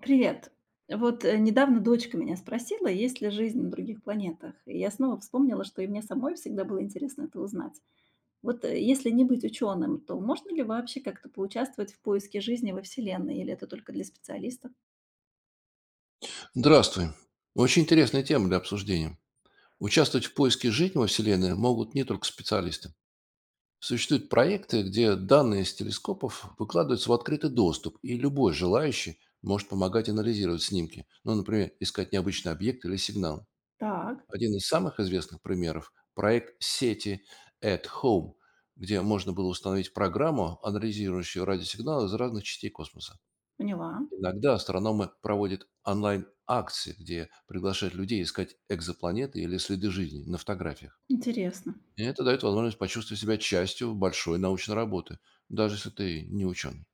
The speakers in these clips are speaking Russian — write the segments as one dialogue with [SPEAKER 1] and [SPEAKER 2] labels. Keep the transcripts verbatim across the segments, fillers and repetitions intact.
[SPEAKER 1] Привет. Вот э, недавно дочка меня спросила, есть ли жизнь на других планетах. И я снова вспомнила, что и мне самой всегда было интересно это узнать. Вот э, если не быть ученым, то можно ли вообще как-то поучаствовать в поиске жизни во Вселенной? Или это только для специалистов?
[SPEAKER 2] Здравствуй. Очень интересная тема для обсуждения. Участвовать в поиске жизни во Вселенной могут не только специалисты. Существуют проекты, где данные с телескопов выкладываются в открытый доступ, и любой желающий может помогать анализировать снимки, ну, например, искать необычные объекты или сигналы.
[SPEAKER 1] Так,
[SPEAKER 2] Один из самых известных примеров – проект сети At Home, где можно было установить программу, анализирующую радиосигналы из разных частей космоса.
[SPEAKER 1] поняла.
[SPEAKER 2] Иногда астрономы проводят онлайн-акции, где приглашают людей искать экзопланеты или следы жизни на фотографиях.
[SPEAKER 1] Интересно.
[SPEAKER 2] И это дает возможность почувствовать себя частью большой научной работы, даже если ты не ученый.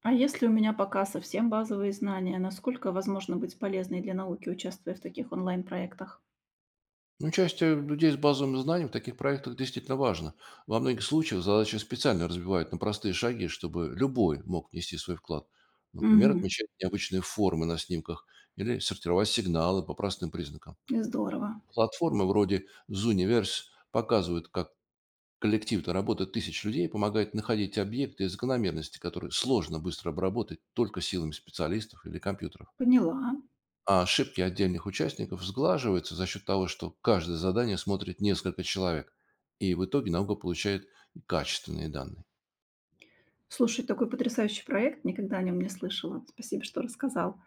[SPEAKER 1] А если у меня пока совсем базовые знания, насколько возможно быть полезной для науки, участвуя в таких онлайн-проектах?
[SPEAKER 2] Участие людей с базовым знанием в таких проектах действительно важно. Во многих случаях задачи специально разбивают на простые шаги, чтобы любой мог внести свой вклад. Например,
[SPEAKER 1] Угу.
[SPEAKER 2] отмечать необычные формы на снимках или сортировать сигналы по простым признакам.
[SPEAKER 1] Здорово.
[SPEAKER 2] Платформы вроде Zooniverse показывают, как коллектив-то работа тысяч людей помогает находить объекты и закономерности, которые сложно быстро обработать только силами специалистов или компьютеров.
[SPEAKER 1] Поняла.
[SPEAKER 2] А ошибки отдельных участников сглаживаются за счет того, что каждое задание смотрит несколько человек, и в итоге наука получает качественные данные.
[SPEAKER 1] Слушай, такой потрясающий проект, никогда о нем не слышала. Спасибо, что рассказал.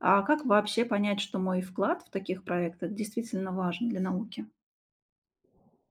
[SPEAKER 1] А как вообще понять, что мой вклад в таких проектах действительно важен для науки?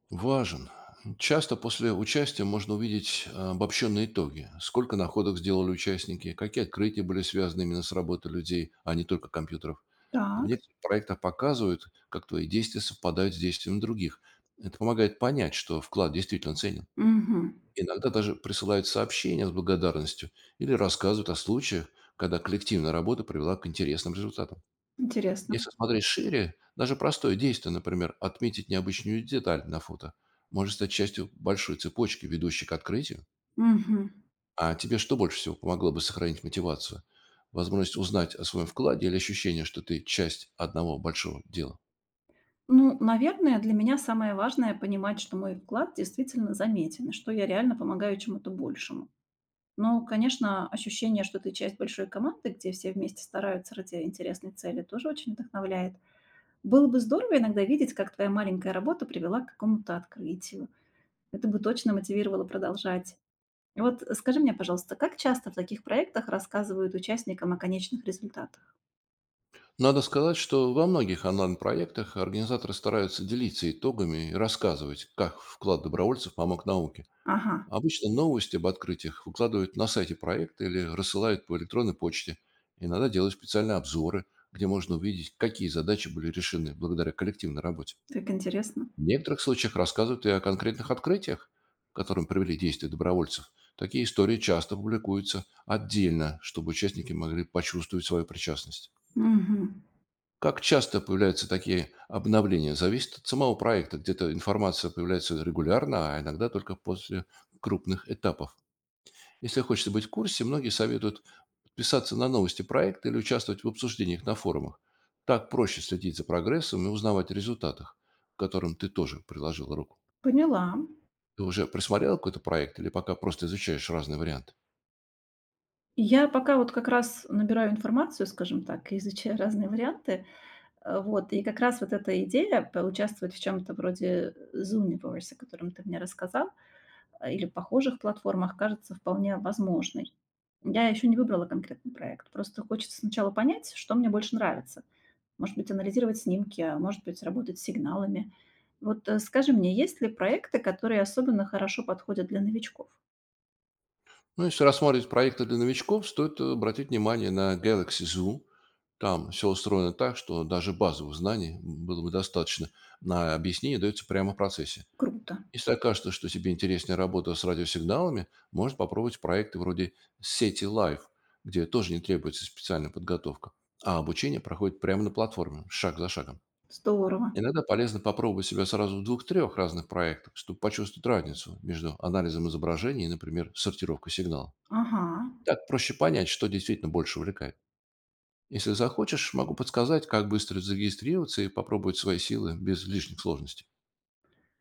[SPEAKER 2] Важен. Часто после участия можно увидеть а, обобщенные итоги. Сколько находок сделали участники, какие открытия были связаны именно с работой людей, а не только компьютеров. В
[SPEAKER 1] Так.
[SPEAKER 2] некоторых проектах показывают, как твои действия совпадают с действиями других. Это помогает понять, что вклад действительно ценен.
[SPEAKER 1] Мгм.
[SPEAKER 2] Иногда даже присылают сообщения с благодарностью или рассказывают о случаях, когда коллективная работа привела к интересным результатам.
[SPEAKER 1] Интересно.
[SPEAKER 2] Если смотреть шире, даже простое действие, например, отметить необычную деталь на фото, может стать частью большой цепочки, ведущей к открытию.
[SPEAKER 1] Мгм.
[SPEAKER 2] А тебе что больше всего помогло бы сохранить мотивацию? Возможность узнать о своем вкладе или ощущение, что ты часть одного большого дела?
[SPEAKER 1] Ну, наверное, для меня самое важное понимать, что мой вклад действительно заметен, и что я реально помогаю чему-то большему. Но, конечно, ощущение, что ты часть большой команды, где все вместе стараются ради интересной цели, тоже очень вдохновляет. Было бы здорово иногда видеть, как твоя маленькая работа привела к какому-то открытию. Это бы точно мотивировало продолжать. И вот скажи мне, пожалуйста, как часто в таких проектах рассказывают участникам о конечных результатах?
[SPEAKER 2] Надо сказать, что во многих онлайн-проектах организаторы стараются делиться итогами и рассказывать, как вклад добровольцев помог науке.
[SPEAKER 1] Ага,
[SPEAKER 2] Обычно новости об открытиях выкладывают на сайте проекта или рассылают по электронной почте. Иногда делают специальные обзоры, где можно увидеть, какие задачи были решены благодаря коллективной работе.
[SPEAKER 1] так интересно.
[SPEAKER 2] В некоторых случаях рассказывают и о конкретных открытиях, к которым привели действия добровольцев. Такие истории часто публикуются отдельно, чтобы участники могли почувствовать свою причастность.
[SPEAKER 1] Мгм.
[SPEAKER 2] Как часто появляются такие обновления, зависит от самого проекта. Где-то информация появляется регулярно, а иногда только после крупных этапов. Если хочется быть в курсе, многие советуют подписаться на новости проекта или участвовать в обсуждениях на форумах. Так проще следить за прогрессом и узнавать о результатах, к которым ты тоже приложил руку.
[SPEAKER 1] Поняла.
[SPEAKER 2] Ты уже присмотрел какой-то проект или пока просто изучаешь разные варианты?
[SPEAKER 1] Я пока вот как раз набираю информацию, скажем так, и изучаю разные варианты. Э, Вот, и как раз вот эта идея поучаствовать в чем-то вроде Zoomverse, о котором ты мне рассказал, э, или похожих платформах, кажется вполне возможной. Я еще не выбрала конкретный проект, просто хочется сначала понять, что мне больше нравится. Может быть, анализировать снимки, а может быть, работать с сигналами. Вот э, скажи мне, есть ли проекты, которые особенно хорошо подходят для новичков?
[SPEAKER 2] Ну, если рассматривать проекты для новичков, стоит обратить внимание на Galaxy Zoo. Там все устроено так, что даже базовых знаний было бы достаточно. На объяснение дается прямо в процессе.
[SPEAKER 1] Круто,
[SPEAKER 2] Если окажется, что тебе интереснее работа с радиосигналами, можно попробовать проекты вроде «Сети Лайф», где тоже не требуется специальная подготовка, а обучение проходит прямо на платформе, шаг за шагом.
[SPEAKER 1] здорово.
[SPEAKER 2] Иногда полезно попробовать себя сразу в двух-трех разных проектах, чтобы почувствовать разницу между анализом изображений и, например, сортировкой сигнала.
[SPEAKER 1] Ага.
[SPEAKER 2] Так проще понять, что действительно больше увлекает. Если захочешь, могу подсказать, как быстро зарегистрироваться и попробовать свои силы без лишних сложностей.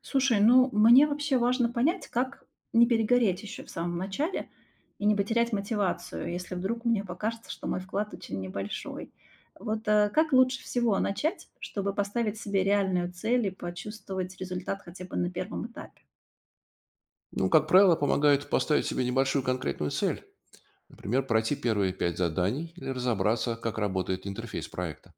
[SPEAKER 1] Слушай, ну мне вообще важно понять, как не перегореть еще в самом начале и не потерять мотивацию, если вдруг мне покажется, что мой вклад очень небольшой. Вот э, как лучше всего начать, чтобы поставить себе реальную цель и почувствовать результат хотя бы на первом этапе?
[SPEAKER 2] Ну, как правило, помогает поставить себе небольшую конкретную цель, например, пройти первые пять заданий или разобраться, как работает интерфейс проекта.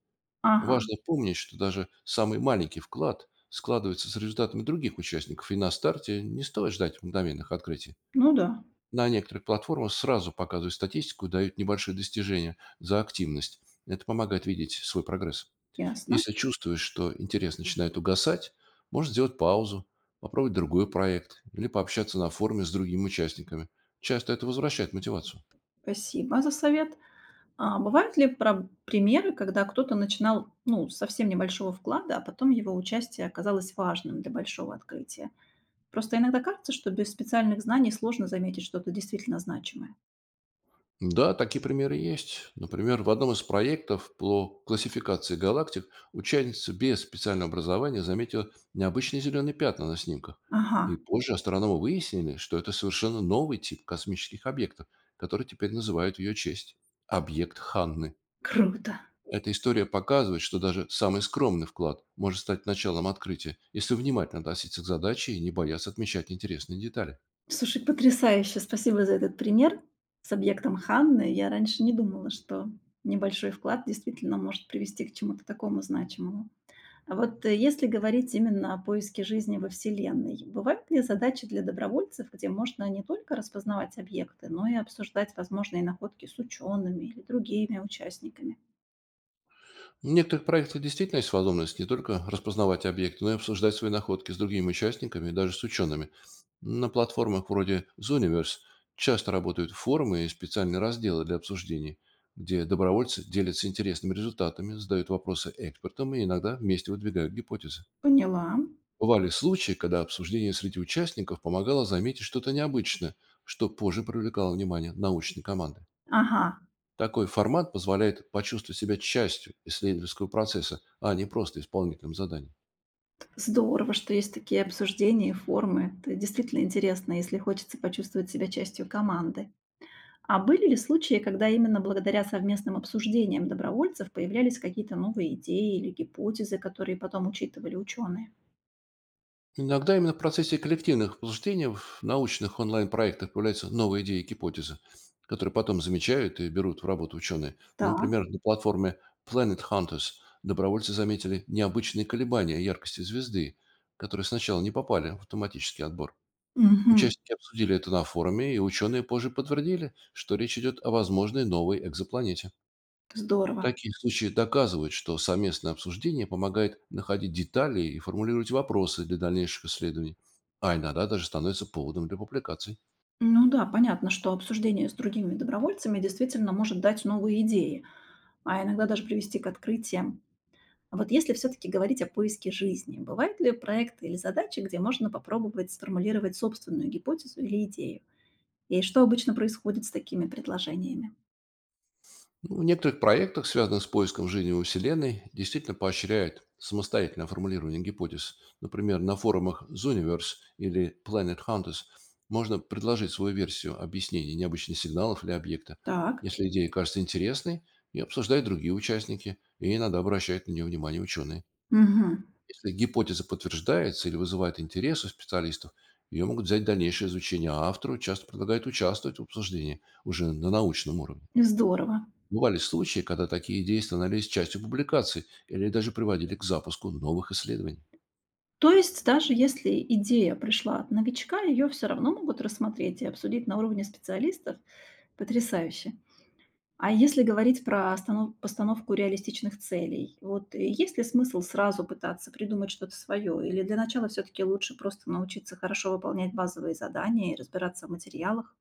[SPEAKER 1] Ага,
[SPEAKER 2] Важно помнить, что даже самый маленький вклад складывается с результатами других участников, и на старте не стоит ждать мгновенных открытий.
[SPEAKER 1] ну да,
[SPEAKER 2] На некоторых платформах сразу показывают статистику и дают небольшие достижения за активность. Это помогает видеть свой прогресс.
[SPEAKER 1] ясно.
[SPEAKER 2] Если чувствуешь, что интерес начинает угасать, можно сделать паузу, попробовать другой проект или пообщаться на форуме с другими участниками. Часто это возвращает мотивацию.
[SPEAKER 1] Спасибо за совет. А бывают ли про примеры, когда кто-то начинал, ну, с совсем небольшого вклада, а потом его участие оказалось важным для большого открытия? Просто иногда кажется, что без специальных знаний сложно заметить что-то действительно значимое.
[SPEAKER 2] Да, такие примеры есть. Например, в одном из проектов по классификации галактик участница без специального образования заметила необычные зеленые пятна на снимках.
[SPEAKER 1] Ага,
[SPEAKER 2] И позже астрономы выяснили, что это совершенно новый тип космических объектов, который теперь называют в ее честь. Объект Ханны.
[SPEAKER 1] круто.
[SPEAKER 2] Эта история показывает, что даже самый скромный вклад может стать началом открытия, если внимательно относиться к задаче и не бояться отмечать интересные детали.
[SPEAKER 1] Слушай, потрясающе. Спасибо за этот пример с объектом Ханны. Я раньше не думала, что небольшой вклад действительно может привести к чему-то такому значимому. А вот э, если говорить именно о поиске жизни во Вселенной, бывают ли задачи для добровольцев, где можно не только распознавать объекты, но и обсуждать возможные находки с учеными или другими участниками?
[SPEAKER 2] В некоторых проектах действительно есть возможность не только распознавать объекты, но и обсуждать свои находки с другими участниками и даже с учеными. На платформах вроде Zooniverse часто работают форумы и специальные разделы для обсуждений, где добровольцы делятся интересными результатами, задают вопросы экспертам и иногда вместе выдвигают гипотезы.
[SPEAKER 1] Поняла.
[SPEAKER 2] Бывали случаи, когда обсуждение среди участников помогало заметить что-то необычное, что позже привлекало внимание научной команды.
[SPEAKER 1] Ага,
[SPEAKER 2] Такой формат позволяет почувствовать себя частью исследовательского процесса, а не просто исполнителем заданий.
[SPEAKER 1] здорово, что есть такие обсуждения и форумы. Это действительно интересно, если хочется почувствовать себя частью команды. А были ли случаи, когда именно благодаря совместным обсуждениям добровольцев появлялись какие-то новые идеи или гипотезы, которые потом учитывали ученые?
[SPEAKER 2] Иногда именно в процессе коллективных обсуждений в научных онлайн-проектах появляются новые идеи и гипотезы, которые потом замечают и берут в работу ученые. Ну,
[SPEAKER 1] Так.
[SPEAKER 2] например, на платформе Planet Hunters добровольцы заметили необычные колебания яркости звезды, которые сначала не попали в автоматический отбор.
[SPEAKER 1] Мгм.
[SPEAKER 2] Участники обсудили это на форуме, и ученые позже подтвердили, что речь идет о возможной новой экзопланете.
[SPEAKER 1] Здорово.
[SPEAKER 2] Такие случаи доказывают, что совместное обсуждение помогает находить детали и формулировать вопросы для дальнейших исследований, а иногда даже становится поводом для публикаций.
[SPEAKER 1] Ну да, понятно, что обсуждение с другими добровольцами действительно может дать новые идеи, а иногда даже привести к открытиям. А вот если все-таки говорить о поиске жизни, бывают ли проекты или задачи, где можно попробовать сформулировать собственную гипотезу или идею? И что обычно происходит с такими предложениями?
[SPEAKER 2] Ну, в некоторых проектах, связанных с поиском жизни во Вселенной, действительно поощряют самостоятельное формулирование гипотез. Например, на форумах Zooniverse или Planet Hunters можно предложить свою версию объяснения необычных сигналов или объекта.
[SPEAKER 1] Так,
[SPEAKER 2] Если идея кажется интересной, и обсуждают другие участники, и иногда обращают на нее внимание ученые.
[SPEAKER 1] мгм,
[SPEAKER 2] Если гипотеза подтверждается или вызывает интерес у специалистов, ее могут взять в дальнейшее изучение, а автору часто предлагают участвовать в обсуждении уже на научном уровне.
[SPEAKER 1] здорово.
[SPEAKER 2] Бывали случаи, когда такие идеи становились частью публикаций или даже приводили к запуску новых исследований.
[SPEAKER 1] То есть даже если идея пришла от новичка, ее все равно могут рассмотреть и обсудить на уровне специалистов? Потрясающе. А если говорить про останов постановку реалистичных целей, вот э, есть ли смысл сразу пытаться придумать что-то свое? Или для начала все-таки лучше просто научиться хорошо выполнять базовые задания и разбираться в материалах?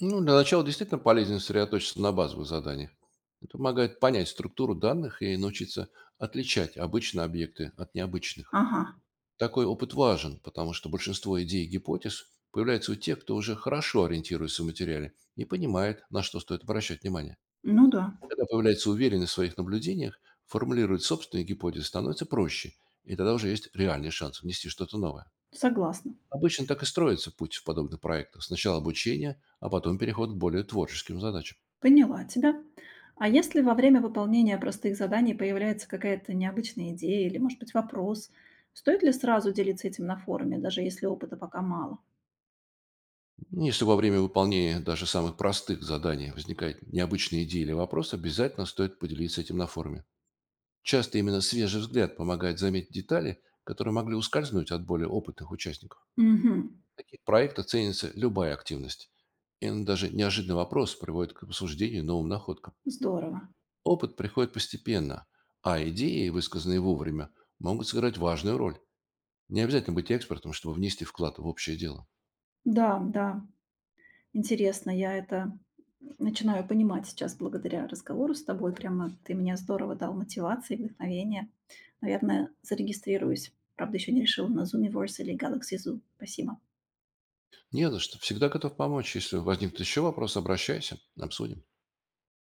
[SPEAKER 2] Ну, для начала действительно полезно сосредоточиться на базовых заданиях. Это помогает понять структуру данных и научиться отличать обычные объекты от необычных.
[SPEAKER 1] Ага,
[SPEAKER 2] Такой опыт важен, потому что большинство идей и гипотез появляются у тех, кто уже хорошо ориентируется в материале и понимает, на что стоит обращать внимание.
[SPEAKER 1] ну да,
[SPEAKER 2] Когда появляется уверенность в своих наблюдениях, формулировать собственные гипотезы становится проще, и тогда уже есть реальный шанс внести что-то новое.
[SPEAKER 1] согласна.
[SPEAKER 2] Обычно так и строится путь в подобных проектах. Сначала обучение, а потом переход к более творческим задачам.
[SPEAKER 1] Поняла тебя. А если во время выполнения простых заданий появляется какая-то необычная идея или, может быть, вопрос, стоит ли сразу делиться этим на форуме, даже если опыта пока мало?
[SPEAKER 2] Если во время выполнения даже самых простых заданий возникают необычные идеи или вопросы, обязательно стоит поделиться этим на форуме. Часто именно свежий взгляд помогает заметить детали, которые могли ускользнуть от более опытных участников.
[SPEAKER 1] Угу,
[SPEAKER 2] В таких проектах ценится любая активность. И даже неожиданный вопрос приводит к обсуждению и новым находкам.
[SPEAKER 1] здорово.
[SPEAKER 2] Опыт приходит постепенно, а идеи, высказанные вовремя, могут сыграть важную роль. Не обязательно быть экспертом, чтобы внести вклад в общее дело.
[SPEAKER 1] Да, да, интересно, я это начинаю понимать сейчас благодаря разговору с тобой. Прямо ты мне здорово дал мотивации, вдохновения. Наверное, зарегистрируюсь. Правда, еще не решила на Zoomverse или Galaxy Zoo. Спасибо.
[SPEAKER 2] Не за что. Всегда готов помочь. Если возникнут еще вопросы, обращайся. Обсудим.